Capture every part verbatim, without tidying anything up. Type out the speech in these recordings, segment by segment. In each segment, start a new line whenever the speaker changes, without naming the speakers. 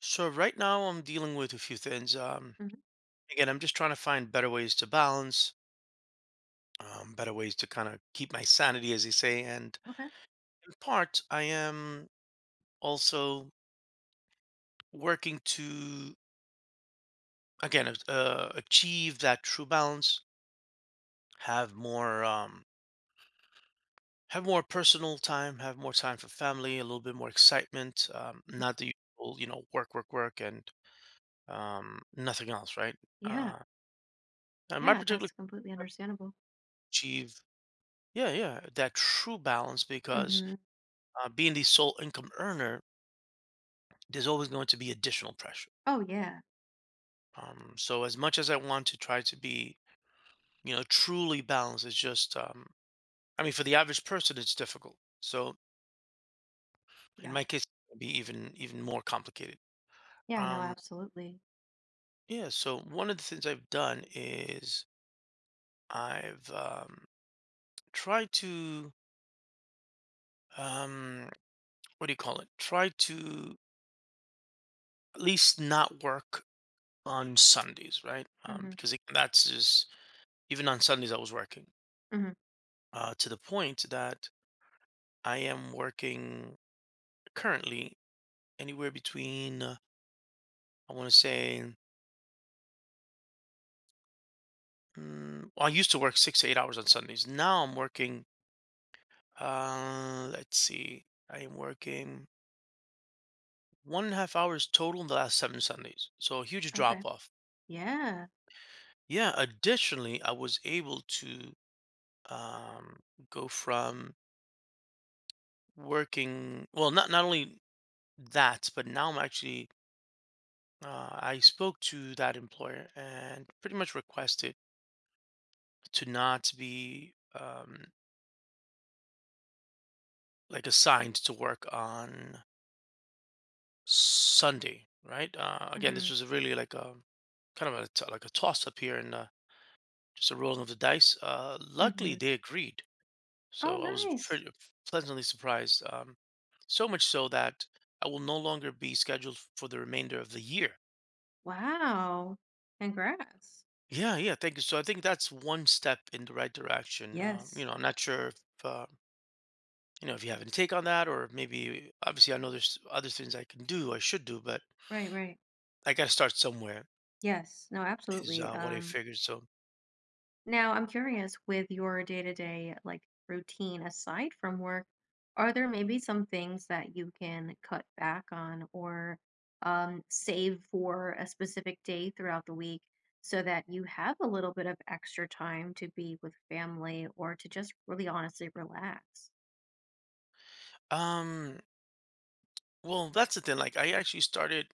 So right now I'm dealing with a few things. Um,
Hmm.
again, I'm just trying to find better ways to balance, um, better ways to kind of keep my sanity, as they say. And
Okay.
in part, I am also working to again a- uh, achieve that true balance, have more um, have more personal time, have more time for family, a little bit more excitement, um,
Mhm.
not the usual, you know, work, work, work, and um, nothing else, right?
Yeah.
Uh, and my
Yeah,
particular
that's completely understandable.
achieve. Yeah, yeah, that true balance, because
Hmm.
uh, being the sole income earner, there's always going to be additional pressure.
Oh, yeah.
Um, so as much as I want to try to be, you know, truly balanced, it's just, um, I mean, for the average person, it's difficult. So in
Yeah.
my case, it'd be even even more complicated.
Yeah, no,
Um,
absolutely.
yeah. So one of the things I've done is I've um, tried to, um, what do you call it? Try to at least not work on Sundays, right? Um,
Hmm.
because it, that's just even on Sundays I was working
Hmm.
uh, to the point that I am working currently anywhere between uh, I want to say mm, well, I used to work six to eight hours on Sundays. Now I'm working. Uh, let's see, I am working one and a half hours total in the last seven Sundays. So a huge
Okay.
drop off.
Yeah.
Yeah. Additionally, I was able to um, go from working, well, not not only that, but now I'm actually uh, I spoke to that employer and pretty much requested to not be um, like assigned to work on Sunday, right? Uh, again,
Hmm.
this was really like a kind of a t- like a toss up here and uh, just a rolling of the dice. Uh, luckily,
Hmm.
they agreed,
Oh,
so I was
nice.
pretty pleasantly surprised. Um, so much so that I will no longer be scheduled for the remainder of the year.
Wow. Congrats.
Yeah, yeah, thank you. So I think that's one step in the right direction. Um, you
Yes.
know, I'm not sure if uh, you know if you have any take on that, or maybe obviously I know there's other things I can do, I should do, but
Right. Right.
I got to start somewhere.
Yes, no,
Is
absolutely.
uh, what I
Um,
figured. So,
Now, I'm curious with your day-to-day, like routine aside from work, are there maybe some things that you can cut back on or um, save for a specific day throughout the week so that you have a little bit of extra time to be with family or to just really honestly relax?
um, well, that's the thing. Like, I actually started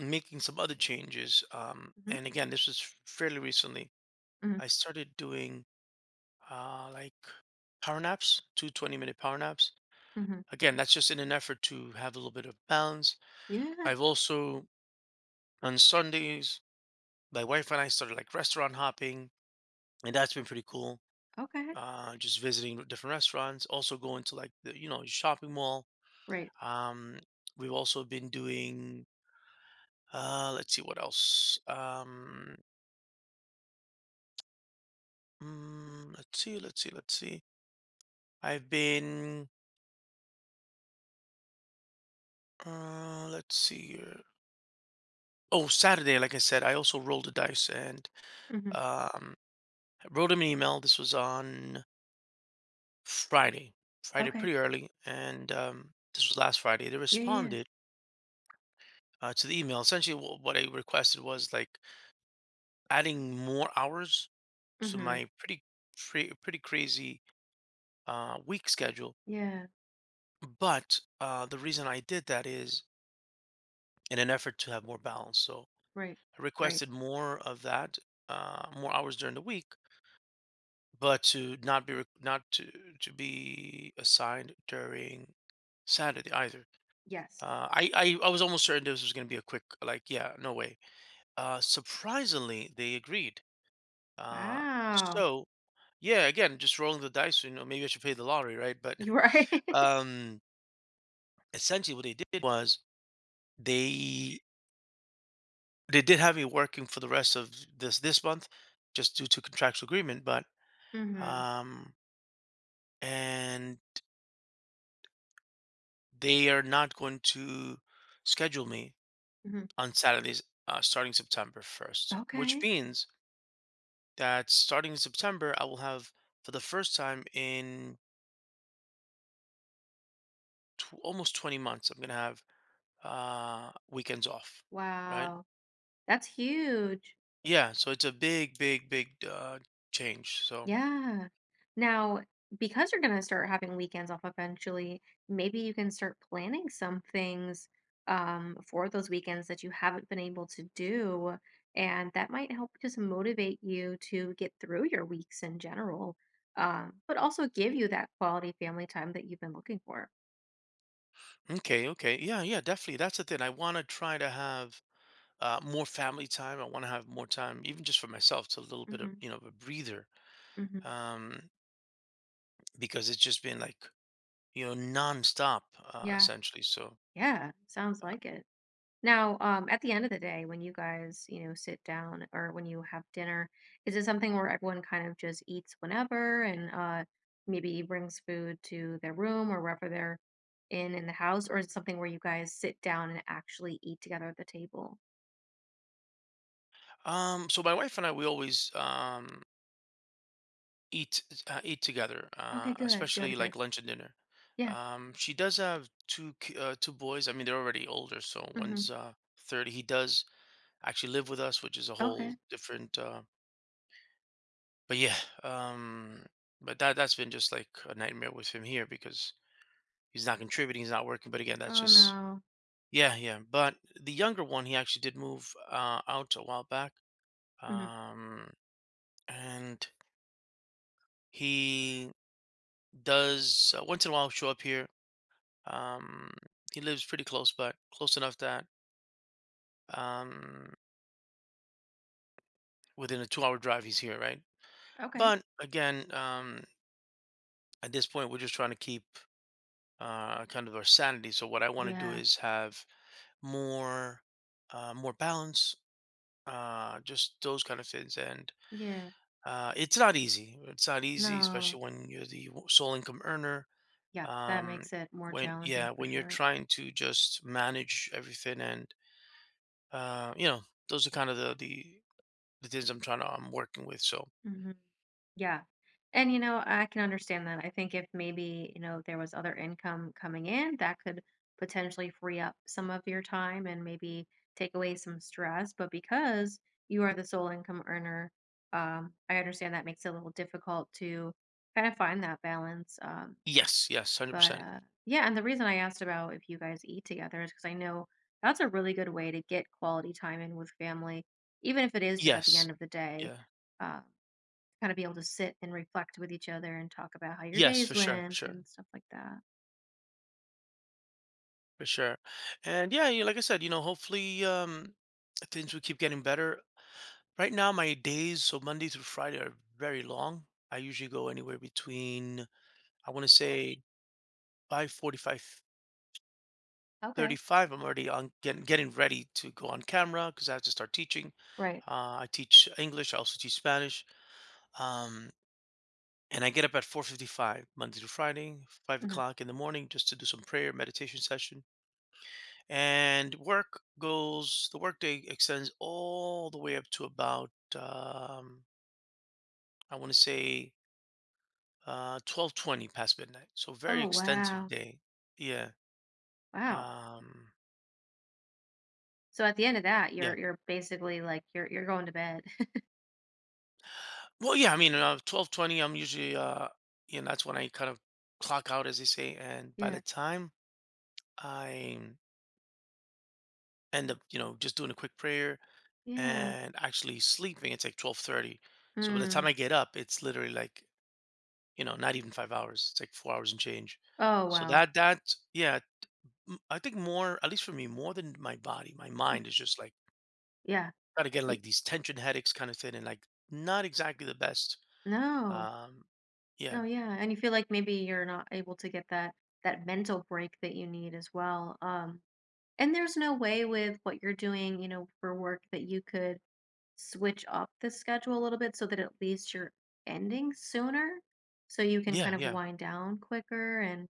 making some other changes, um,
Hmm.
and again, this was fairly recently.
Hmm.
I started doing uh, like power naps, two twenty-minute power naps.
Hmm.
Again, that's just in an effort to have a little bit of balance.
Yeah.
I've also on Sundays, my wife and I started like restaurant hopping, and that's been pretty cool.
Okay.
Uh, just visiting different restaurants, also going to like the you know shopping mall.
Right.
Um, we've also been doing. Uh, let's see what else. Um, mm, let's see, let's see, let's see. I've been. Uh, let's see here. Oh, Saturday, like I said, I also rolled the dice and
Hmm.
um, wrote him an email. This was on Friday, Friday
Okay.
pretty early, and um, this was last Friday. They
Yeah. Yeah.
responded uh, to the email. Essentially, wh- what I requested was like adding more hours to
Hmm.
my pretty pretty, pretty crazy uh, week schedule.
Yeah.
But uh, the reason I did that is in an effort to have more balance. So
Right.
I
Right.
requested more of that, uh, more hours during the week, but to not be re- not to to be assigned during Saturday either.
Yes.
Uh, I, I I was almost certain this was going to be a quick like yeah no way. Uh, surprisingly, they agreed. Uh,
Wow.
so yeah, again, just rolling the dice. You know, maybe I should pay the lottery, right? But
You're right.
um, essentially, what they did was they they did have me working for the rest of this this month, just due to contractual agreement. But
Mhm,
um, and they are not going to schedule me
mhm.
on Saturdays uh, starting September first, which
Okay.
means that starting in September, I will have for the first time in tw- almost twenty months, I'm going to have uh, weekends off, right?
Wow, that's huge.
Yeah, so it's a big, big, big uh, change. So,
Yeah. Now, because you're gonna start having weekends off eventually, maybe you can start planning some things um, for those weekends that you haven't been able to do, and that might help just motivate you to get through your weeks in general, um, but also give you that quality family time that you've been looking for.
okay, okay. Yeah, yeah, definitely. That's the thing. I want to try to have uh, more family time. I want to have more time, even just for myself. It's a little bit of,
Hmm.
you know, a breather,
Hmm.
um, because it's just been like, you know, nonstop, uh,
Yeah.
essentially. So,
Yeah, sounds like it. Now, um, at the end of the day, when you guys, you know, sit down or when you have dinner, is it something where everyone kind of just eats whenever and uh, maybe brings food to their room or wherever they're in in the house, or is it something where you guys sit down and actually eat together at the table?
um, so my wife and I, we always, um, eat uh, eat together, uh,
Okay, good,
especially
good, good.
like lunch and dinner.
Yeah.
Um, she does have two ki- uh, two boys. I mean, they're already older, so
Mm-hmm.
one's uh, thirty. He does actually live with us, which is a
Okay.
whole different. Uh, but yeah, um, but that that's been just like a nightmare with him here because he's not contributing, he's not working. But again, that's
Oh
just.
no.
Yeah, yeah. But the younger one, he actually did move uh, out a while back,
Hmm.
um, and he does uh, once in a while show up here. Um, he lives pretty close, but close enough that, um, within a two-hour drive, he's here, right?
Okay.
But again, um, at this point, we're just trying to keep uh, kind of our sanity. So what I want to do
Yeah.
is have more, uh, more balance, uh, just those kind of things. And
Yeah.
uh, it's not easy. It's not easy,
No.
especially when you're the w- sole income earner.
Yeah, that
Um,
makes it more
when
challenging
yeah,
for
when you're
sure.
trying to just manage everything and uh, you know, those are kind of the the The things I'm trying to I'm working with, so
Mhm. Yeah. And, you know, I can understand that. I think if maybe, you know, there was other income coming in, that could potentially free up some of your time and maybe take away some stress. But because you are the sole income earner, um, I understand that makes it a little difficult to kind of find that balance. Um,
yes, yes,
but
a hundred percent.
uh, yeah, and the reason I asked about if you guys eat together is because I know that's a really good way to get quality time in with family, even if it is just at the
Yes.
end of the day.
Yeah.
um, Kind of be able to sit and reflect with each other and talk about how your
Yes,
days
for sure, for
went
sure,
and stuff like that.
for sure. And, yeah, you like I said, you know, hopefully, um, things will keep getting better. Right now, my days, so Monday through Friday, are very long. I usually go anywhere between, I wanna say, by forty-five,
Okay.
thirty-five. I'm already on getting getting ready to go on camera because I have to start teaching.
Right.
Uh, I teach English, I also teach Spanish. Um and I get up at four fifty-five Monday to Friday, five
Hmm.
o'clock in the morning, just to do some prayer meditation session. And work goes the work day extends all the way up to about um, I want to say uh, twelve twenty past midnight. So very
Oh
extensive
wow.
day. Yeah.
Wow.
Um,
So at the end of that,
yeah.
you're you're basically like you're you're going to bed.
Well, yeah. I mean, uh, twelve twenty. I'm usually uh, you know that's when I kind of clock out, as they say. And by
Yeah.
the time I end up, you know, just doing a quick prayer
Yeah.
and actually sleeping, it's like twelve thirty, so by the time
Hmm.
I get up it's literally like, you know not even five hours. It's like four hours and change.
Oh
So
wow.
that that, yeah, m- I think more, at least for me, more than my body, my mind is just like
Yeah.
got to get
Y-
like these tension headaches kind of thing, and like not exactly the best.
No.
um yeah,
No, yeah. And you feel like maybe you're not able to get that that mental break that you need as well. Um and there's no way with what you're doing, you know, for work that you could switch up the schedule a little bit so that at least you're ending sooner so you can
yeah,
kind of
yeah.
wind down quicker and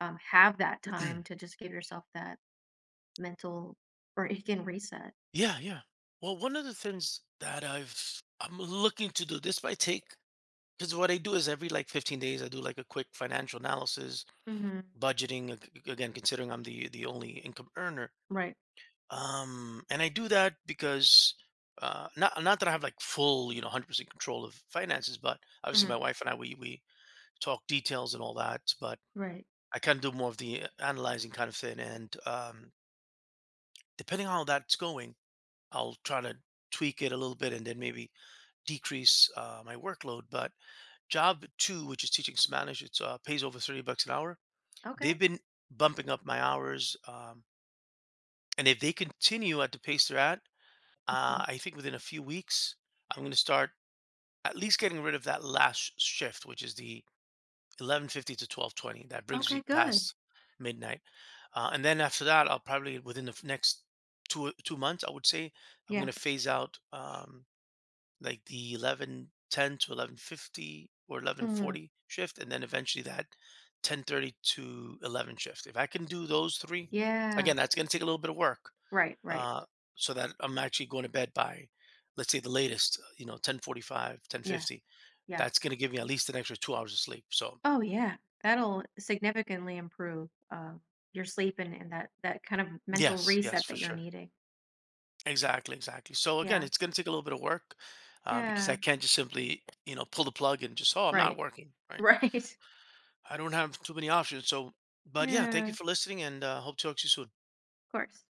um, have that time to just give yourself that mental or you can reset.
Yeah, yeah. Well, one of the things that i've i'm looking to do, this might take, because what I do is every like fifteen days I do like a quick financial analysis,
Hmm.
budgeting, ag- again considering I'm the the only income earner.
Right.
Um and I do that because uh not not that I have like full, you know a hundred percent control of finances, but obviously
Hmm.
my wife and I, we we talk details and all that. But
Right.
I kind of do more of the uh, analyzing kind of thing, and um depending on how that's going, I'll try to tweak it a little bit and then maybe decrease uh, my workload. But job two, which is teaching Spanish, it's uh, pays over thirty bucks an hour. They've
Okay.
been bumping up my hours. Um And if they continue at the pace they're at,
Hmm.
uh, I think within a few weeks, I'm going to start at least getting rid of that last sh- shift, which is the eleven fifty to twelve twenty. That brings
Okay,
me
good.
past midnight, uh, and then after that, I'll probably within the f- next two two months, I would say, I'm
Yeah.
going to phase out, um, like the eleven ten to eleven fifty or
Hmm.
eleven forty shift, and then eventually that ten thirty to eleven shift. If I can do those three,
Yeah.
again, that's going to take a little bit of work,
Right. Right.
uh, so that I'm actually going to bed by, let's say, the latest, uh, you know, ten forty-five,
Yeah.
ten fifty.
Yeah.
That's going to give me at least an extra two hours of sleep. So
Oh yeah, that'll significantly improve uh, your sleep and, and that that kind of mental
yes, yes,
reset
for
that you're
sure.
needing.
Exactly, exactly. So again,
Yeah.
it's going to take a little bit of work uh, because I
Yeah.
can't just simply, you know, pull the plug and just, oh, I'm not
Right.
working, right?
Right.
I don't have too many options. So, but yeah, thank
Yeah,
you
of
for listening and uh, hope to talk to you soon.
course.